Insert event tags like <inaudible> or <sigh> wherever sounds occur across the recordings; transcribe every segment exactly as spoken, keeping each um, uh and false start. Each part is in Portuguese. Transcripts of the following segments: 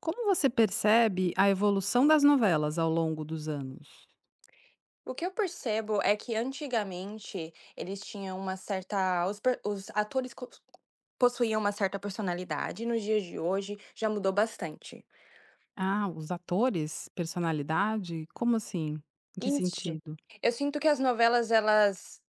Como você percebe a evolução das novelas ao longo dos anos? O que eu percebo é que antigamente eles tinham uma certa os per os atores cos possuíam uma certa personalidade, e nos dias de hoje já mudou bastante. Ah, os atores, personalidade? Como assim? Em que Isso. sentido? Eu sinto que as novelas elas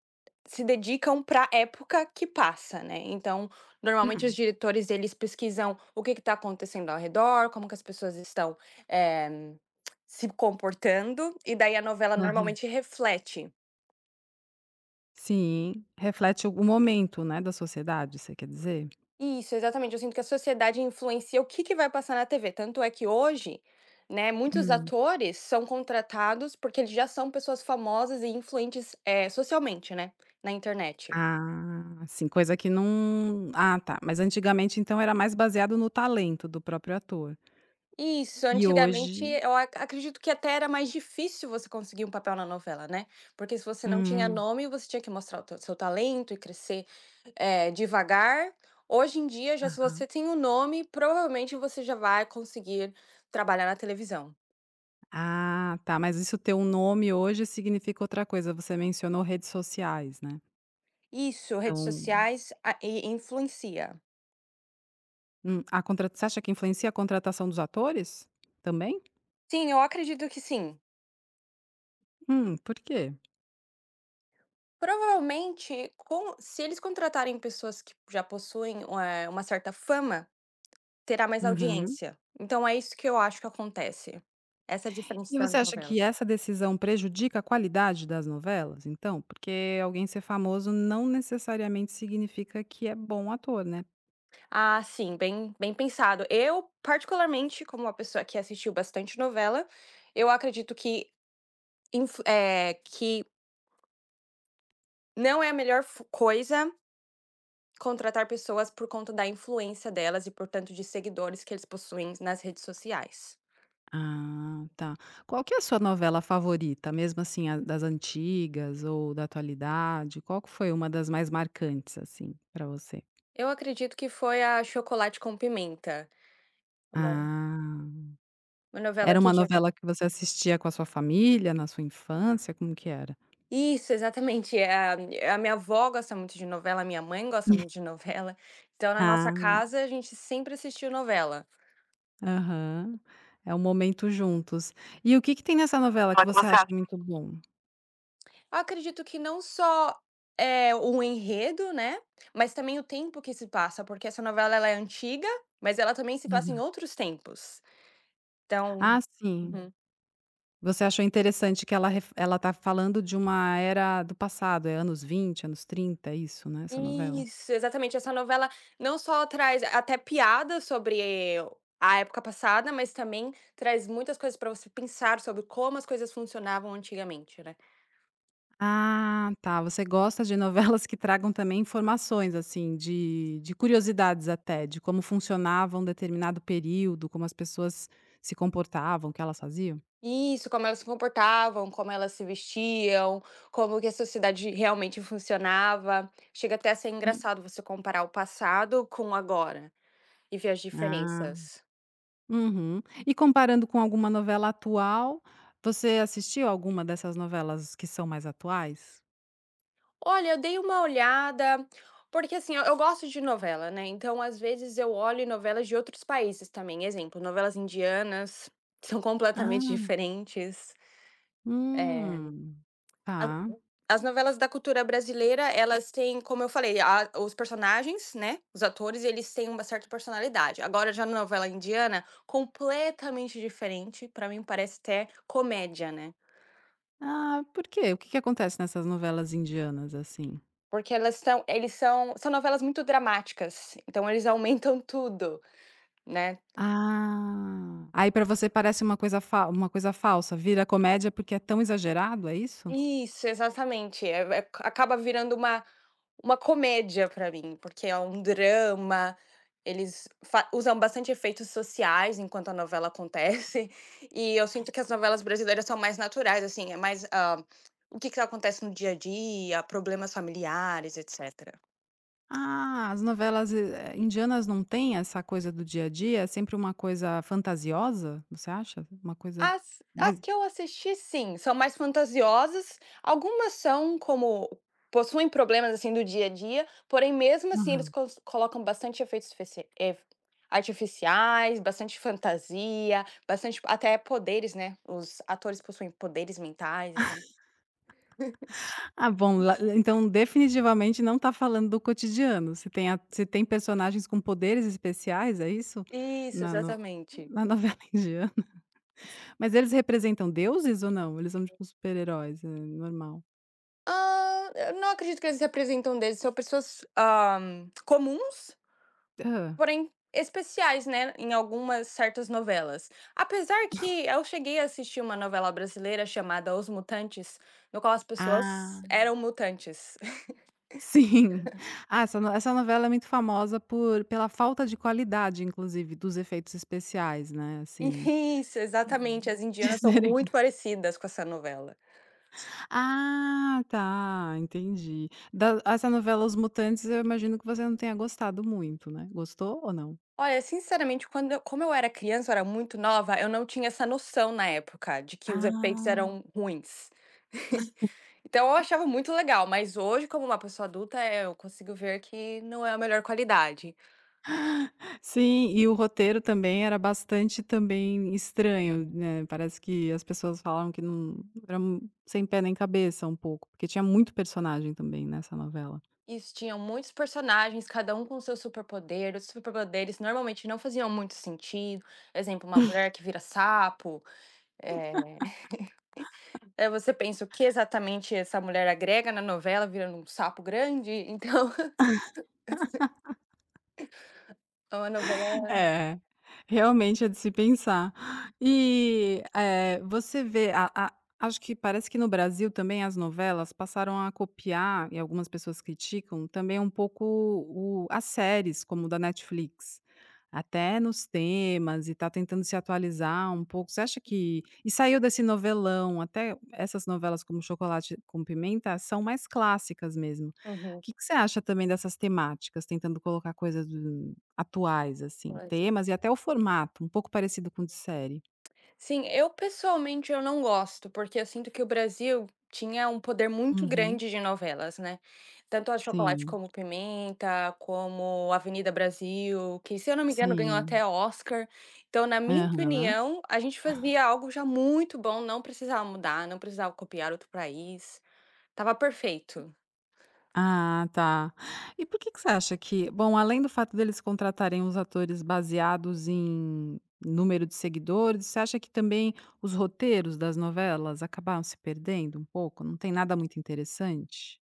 se dedicam pra época que passa, né, então, normalmente Hum, os diretores eles pesquisam o que está acontecendo ao redor, como que as pessoas estão, eh, se comportando, e daí a novela aham. normalmente reflete. Sim, reflete o o momento, né, da sociedade, você quer dizer? Isso, exatamente. Eu sinto que a sociedade influencia o que que vai passar na T V. Tanto é que hoje, né, muitos Hum. atores são contratados porque eles já são pessoas famosas e influentes, eh, socialmente, né, na internet. Ah, sim, coisa que não. Ah, tá, mas antigamente então era mais baseado no talento do próprio ator. Isso, E antigamente hoje. eu ac acredito que até era mais difícil você conseguir um papel na novela, né, porque se você não tinha Hum, nome, você tinha que mostrar o teu seu talento e crescer, eh, devagar. Hoje em dia, já se aham. você tem um nome, provavelmente você já vai conseguir trabalhar na televisão. Ah, tá, mas isso ter um nome hoje significa outra coisa, você mencionou redes sociais, né? Isso, redes Então. sociais a e influencia. Hum, a contra você acha que influencia a contratação dos atores? Também? Sim, eu acredito que sim. Hum, por quê? Provavelmente, com se eles contratarem pessoas que já possuem, eh, uma certa fama, terá mais Uhum. audiência. Então é isso que eu acho que acontece. Essa é a diferença E da você acha novela. que essa decisão prejudica a qualidade das novelas, então? Porque alguém ser famoso não necessariamente significa que é bom ator, né? Ah, sim, bem bem pensado. Eu, particularmente, como uma pessoa que assistiu bastante novela, eu acredito que inf eh, que não é a melhor fo coisa contratar pessoas por conta da influência delas e, portanto, de seguidores que eles possuem nas redes sociais. Ah, tá. Qual que é a sua novela favorita, mesmo assim, a das antigas ou da atualidade? Qual que foi uma das mais marcantes, assim, pra você? Eu acredito que foi a Chocolate com Pimenta, uma Ah, uma era novela uma que tinha novela acabado. que você assistia com a sua família, na sua infância, como que era? Isso, exatamente. É a a minha avó gosta muito de novela, a minha mãe gosta muito de novela. Então, na nossa Ah. casa, a gente sempre assistiu novela. Aham. É um momento juntos. E o que que tem nessa novela que Fala o que você você acha acha. muito bom? Eu acredito que não só, eh, o enredo, né, mas também o tempo que se passa, porque essa novela ela é antiga, mas ela também se passa em Aham. outros tempos. Ah, Então, sim. uhum. Você achou interessante que ela ref ela tá falando de uma era do passado, é anos vinte, anos trinta, é isso, né, essa novela? Isso, exatamente. Essa novela não só traz até piadas sobre a época passada, mas também traz muitas coisas para você pensar sobre como as coisas funcionavam antigamente, né. Ah, tá. Você gosta de novelas que tragam também informações, assim, de de curiosidades até, de como funcionava um determinado período, como as pessoas se comportavam, o que elas faziam? Isso, como elas se comportavam, como elas se vestiam, como que a sociedade realmente funcionava. Chega até a ser Hum. engraçado você comparar o passado com o agora e ver as Ah. diferenças. Uhum. E comparando com alguma novela atual, você assistiu alguma dessas novelas que são mais atuais? Olha, eu dei uma olhada, porque assim, eu eu gosto de novela, né, então às vezes eu olho novelas de outros países também, exemplo, novelas indianas, <laughs> são completamente Ah. diferentes, eh, Hum, a tá. as novelas da cultura brasileira, elas têm, como eu falei, a os personagens, né, os atores, eles têm uma certa personalidade. Agora já na novela indiana, completamente diferente, pra mim parece até comédia, né, Ah, por quê? O que que acontece nessas novelas indianas, assim? porque elas são eles são são novelas muito dramáticas, então eles <laughs> aumentam tudo, né. Ah, aí pra você parece uma coisa fa uma coisa falsa, vira comédia porque é tão exagerado, é isso? Isso, exatamente. É é, acaba virando uma uma comédia pra mim, porque é um drama, eles fa usam bastante efeitos sociais enquanto a novela acontece, <laughs> e eu sinto que as novelas brasileiras são mais naturais, assim, é mais, hã, o que que acontece no dia a dia, problemas familiares, etcétera. Ah, as novelas, eh, indianas não têm essa coisa do dia a dia, é sempre uma coisa fantasiosa, você acha? Uma coisa As as mais. que eu assisti, sim, são mais fantasiosas. Algumas são como possuem problemas, assim, do dia a dia, porém, mesmo assim, eles cos colocam bastante efeitos feci ef artificiais, bastante fantasia, bastante até poderes, né, os atores possuem poderes mentais, então. Ah, bom, la então definitivamente não está falando do cotidiano. Se tem a se tem personagens com poderes especiais, é isso? Isso, Na no exatamente. na novela <laughs> indiana. Mas eles representam deuses ou não? Eles são tipo super-heróis, é normal? Ah, eu não acredito que eles representam deles, são pessoas, hã, comuns. Hã. Porém, especiais, né, em algumas certas novelas. Apesar que eu cheguei a assistir uma novela brasileira chamada Os Mutantes, no qual as pessoas Ah, eram mutantes. <laughs> sim. Ah, essa no essa novela é muito famosa por pela falta de qualidade, inclusive, dos efeitos especiais, né, assim. Isso, exatamente, as indianas são <laughs> muito parecidas com essa novela. Ah, tá, entendi. Da essa novela Os Mutantes, eu imagino que você não tenha gostado muito, né. Gostou ou não? Olha, sinceramente, quando eu como eu era criança, eu era muito nova, eu não tinha essa noção na época de que os efeitos Ah. eram ruins. Então eu achava muito legal, mas hoje, como uma pessoa adulta, eh, eu consigo ver que não é a melhor qualidade. Sim, e o roteiro também era bastante também estranho, né, parece que as pessoas falavam que não era um- sem pé nem cabeça um pouco, porque tinha muito personagem também nessa novela. Isso, tinham muitos personagens, cada um com seu superpoder. Os superpoderes normalmente não faziam muito sentido. Exemplo, uma mulher que vira sapo. É. <laughs> Aí você pensa o que exatamente essa mulher agrega na novela, virando um sapo grande, então <laughs> é uma novela. É, realmente é de se pensar. E, eh, você vê a a acho que parece que no Brasil também as novelas passaram a copiar, e algumas pessoas criticam, também um pouco o as séries, como da Netflix, até nos temas e está tentando se atualizar um pouco. Você acha que e saiu desse novelão, até essas novelas como Chocolate com Pimenta são mais clássicas mesmo. O Uhum. Que que você acha também dessas temáticas, tentando colocar coisas atuais, assim, temas e até o formato, um pouco parecido com o de série. Sim, eu pessoalmente eu não gosto, porque eu sinto que o Brasil tinha um poder muito Uhum. grande de novelas, né. Tanto a Chocolate Sim, como Pimenta, como Avenida Brasil, que se eu não me engano ganhou sim. até Oscar. Então, na minha Aham. opinião, a gente fazia algo já muito bom, não precisava mudar, não precisava copiar outro país, estava perfeito. Ah, tá. E por que que você acha que bom, além do fato deles contratarem os atores baseados em número de seguidores, você acha que também os roteiros das novelas acabaram se perdendo um pouco? Não tem nada muito interessante?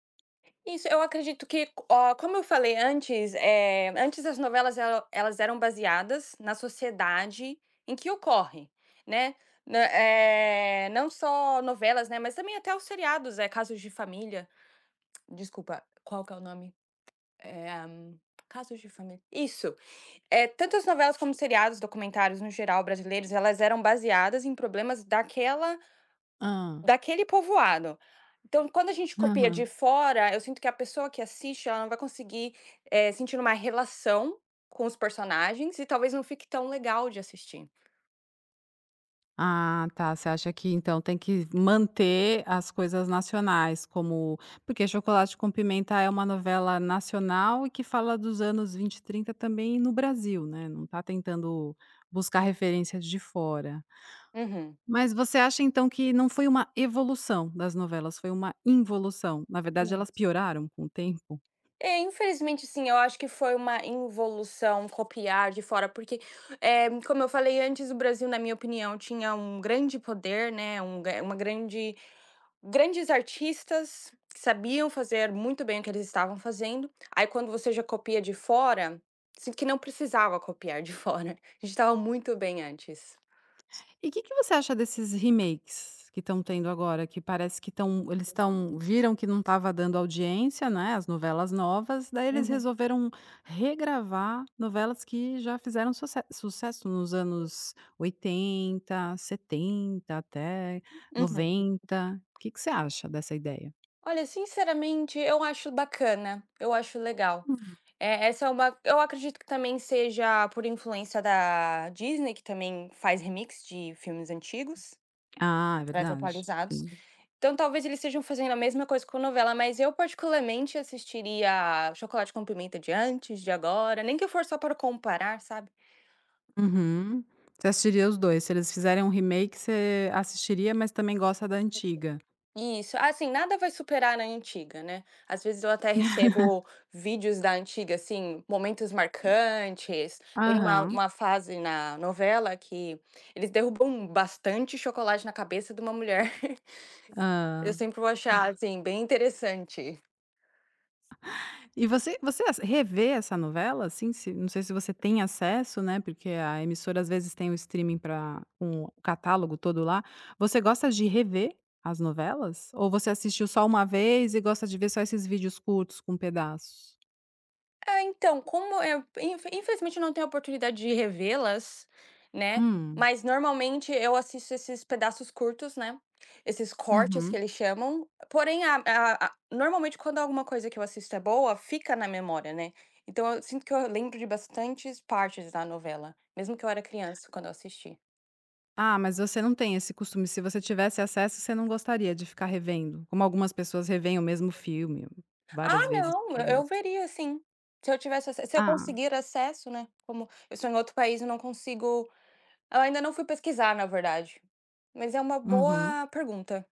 Isso, eu acredito que, ó, como eu falei antes, eh, antes as novelas ela elas eram baseadas na sociedade em que ocorre, né. Nã eh, não só novelas, né, mas também até os seriados, eh, Casos de Família, desculpa, qual que é o nome? Eh, Casos de Família, isso. Eh, tanto as novelas como os seriados, documentários no geral brasileiros, elas eram baseadas em problemas daquela Hã. daquele povoado. Então, quando a gente copia Aham. de fora, eu sinto que a pessoa que assiste, ela não vai conseguir, eh, sentir uma relação com os personagens e talvez não fique tão legal de assistir. Ah, tá. Você acha que então tem que manter as coisas nacionais, como porque Chocolate com Pimenta é uma novela nacional e que fala dos anos vinte e trinta também no Brasil, né, não tá tentando buscar referências de fora. Uhum. Mas você acha então que não foi uma evolução das novelas, foi uma involução? Na verdade, Hum. elas pioraram com o tempo? É, infelizmente sim, eu acho que foi uma involução copiar de fora, porque, eh, como eu falei antes, o Brasil, na minha opinião, tinha um grande poder, né, um ga uma grande grandes artistas que sabiam fazer muito bem o que eles estavam fazendo. Aí, quando você já copia de fora, sinto que não precisava copiar de fora. <laughs> A gente estava muito bem antes. E o que que você acha desses remakes que estão tendo agora, que parece que estão eles estão viram que não estava dando audiência, né, as novelas novas, daí eles Uhum, resolveram regravar novelas que já fizeram suce sucesso nos anos oitenta, setenta, até uhum. noventa. Que que você acha dessa ideia? Olha, sinceramente, eu acho bacana, eu acho legal. Hum. É, essa é uma. Eu acredito que também seja por influência da Disney, que também faz remix de filmes antigos. Ah, é verdade, sim. Então talvez eles estejam fazendo a mesma coisa com novela, mas eu particularmente assistiria Chocolate com Pimenta de antes, de agora, nem que for só para comparar, sabe. Uhum. Você assistiria os dois? Se eles fizerem um remake você assistiria, mas também gosta da antiga. Isso, assim, nada vai superar a antiga, né. Às vezes eu até <laughs> recebo vídeos da antiga, assim, momentos marcantes, tem uma Aham. uma fase na novela que eles derrubam bastante chocolate na cabeça de uma mulher. <laughs> Eu Hã. sempre vou achar, assim, bem interessante. E você você ass revê essa novela, assim, se não sei se você tem acesso, né, porque a emissora às vezes tem o streaming para com o catálogo todo lá. Você gosta de rever as novelas? Ou você assistiu só uma vez e gosta de ver só esses vídeos curtos com pedaços? É, então, como eu infe infelizmente eu não tenho a oportunidade de revê-las, né, Hum, mas normalmente eu assisto esses pedaços curtos, né, esses, uhum, cortes uhum. que eles chamam, porém a a a normalmente quando alguma coisa que eu assisto é boa, fica na memória, né, então eu sinto que eu lembro de bastantes partes da novela, mesmo que eu era criança quando eu assisti. Ah, mas você não tem esse costume. Se você tivesse acesso, você não gostaria de ficar revendo, como algumas pessoas revêem o mesmo filme Ah várias vezes não, porque eu eu gosta. veria sim, se eu tivesse ace se eu Ah, conseguir acesso, né, como eu sou em outro país, eu não consigo. Eu ainda não fui pesquisar, na verdade, mas é uma uhum. boa pergunta.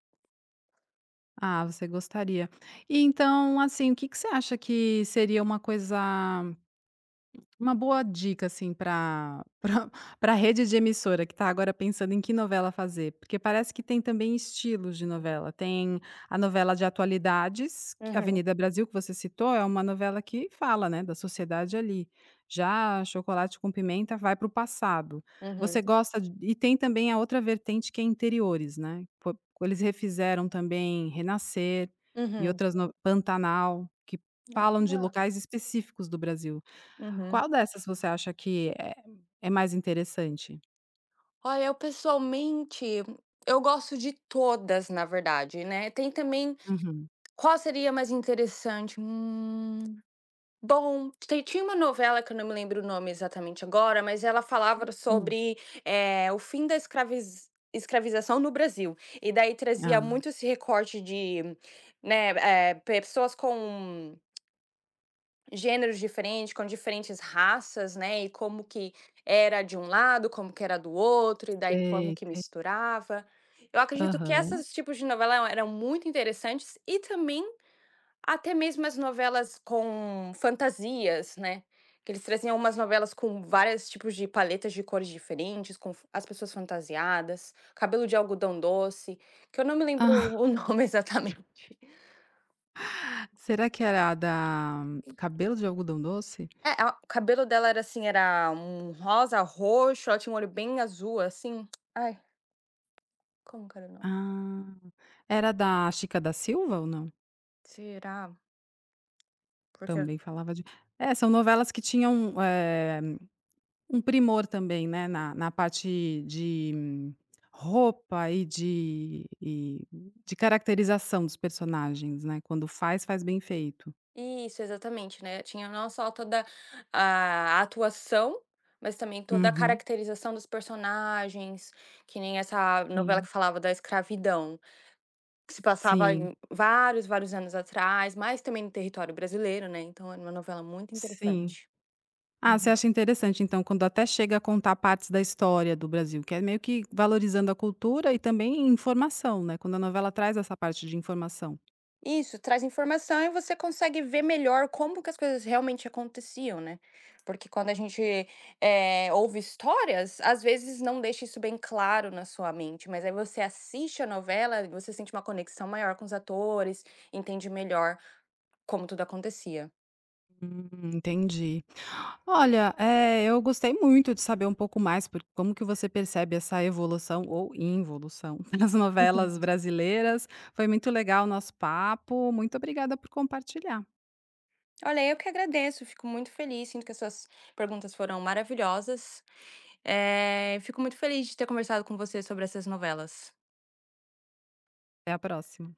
Ah, você gostaria. E então, assim, o que que você acha que seria uma coisa uma boa dica, assim, para para <laughs> pra rede de emissora que está agora pensando em que novela fazer, porque parece que tem também estilos de novela. Tem a novela de atualidades, que Uhum, Avenida Brasil, que você citou, é uma novela que fala, né, da sociedade ali. Já Chocolate com Pimenta vai para o passado. Você uhum, gosta de e tem também a outra vertente que é interiores, né. Po eles refizeram também Renascer e uhum. outras no Pantanal, que falam de Ah, locais específicos do Brasil. uhum. Qual dessas você acha que é é mais interessante? Olha, eu pessoalmente, eu gosto de todas, na verdade, né. Tem também, Uhum. qual seria mais interessante? Hum. Bom, te tinha uma novela que eu não me lembro o nome exatamente agora, mas ela falava, hum, Hum. sobre, eh, o fim da escraviz escravização no Brasil. E daí Ah. trazia muito esse recorte de, né, eh, pessoas com gêneros diferentes, com diferentes raças, né, e como que era de um lado, como que era do outro, e daí como Sei. que misturava. Eu acredito que Aham. esses tipos de novela eram muito interessantes e também até mesmo as novelas com fantasias, né, que eles traziam umas novelas com vários tipos de paletas de cores diferentes, com f as pessoas fantasiadas, Cabelo de Algodão Doce, que eu não me lembro <laughs> o nome <laughs> exatamente. Será que era a da Cabelo de Algodão Doce? É, a o cabelo dela era assim, era um rosa, roxo, ela tinha um olho bem azul, assim. Ai, como que era o nome? Ah. Era da Chica da Silva ou não? Será? Porque. Também falava de. É, são novelas que tinham, eh, um primor também, né, na na parte de hum, roupa e de e de caracterização dos personagens, né, quando faz, faz bem feito. Isso, exatamente, né, tinha não só toda a atuação, mas também toda a Uhum. caracterização dos personagens, que nem essa novela Sim. que falava da escravidão, que se passava Sim. em vários, vários anos atrás, mas também no território brasileiro, né, então era uma novela muito Sim. interessante. Ah, você Uhum. acha interessante então, quando até chega a contar partes da história do Brasil, que é meio que valorizando a cultura e também informação, né, quando a novela traz essa parte de informação. Isso, traz informação e você consegue ver melhor como que as coisas realmente aconteciam, né. Porque quando a gente, eh, ouve histórias, às vezes não deixa isso bem claro na sua mente, mas aí você assiste a novela e você sente uma conexão maior com os atores, entende melhor como tudo acontecia. Hum, entendi. Olha, eh, eu gostei muito de saber um pouco mais por como que você percebe essa evolução ou involução <laughs> nas Uhum. novelas brasileiras. Foi muito legal o nosso papo, muito obrigada por compartilhar. Olha, eu que agradeço, fico muito feliz, sinto que as suas perguntas foram maravilhosas, eh, fico muito feliz de ter conversado com você sobre essas novelas. Até a próxima.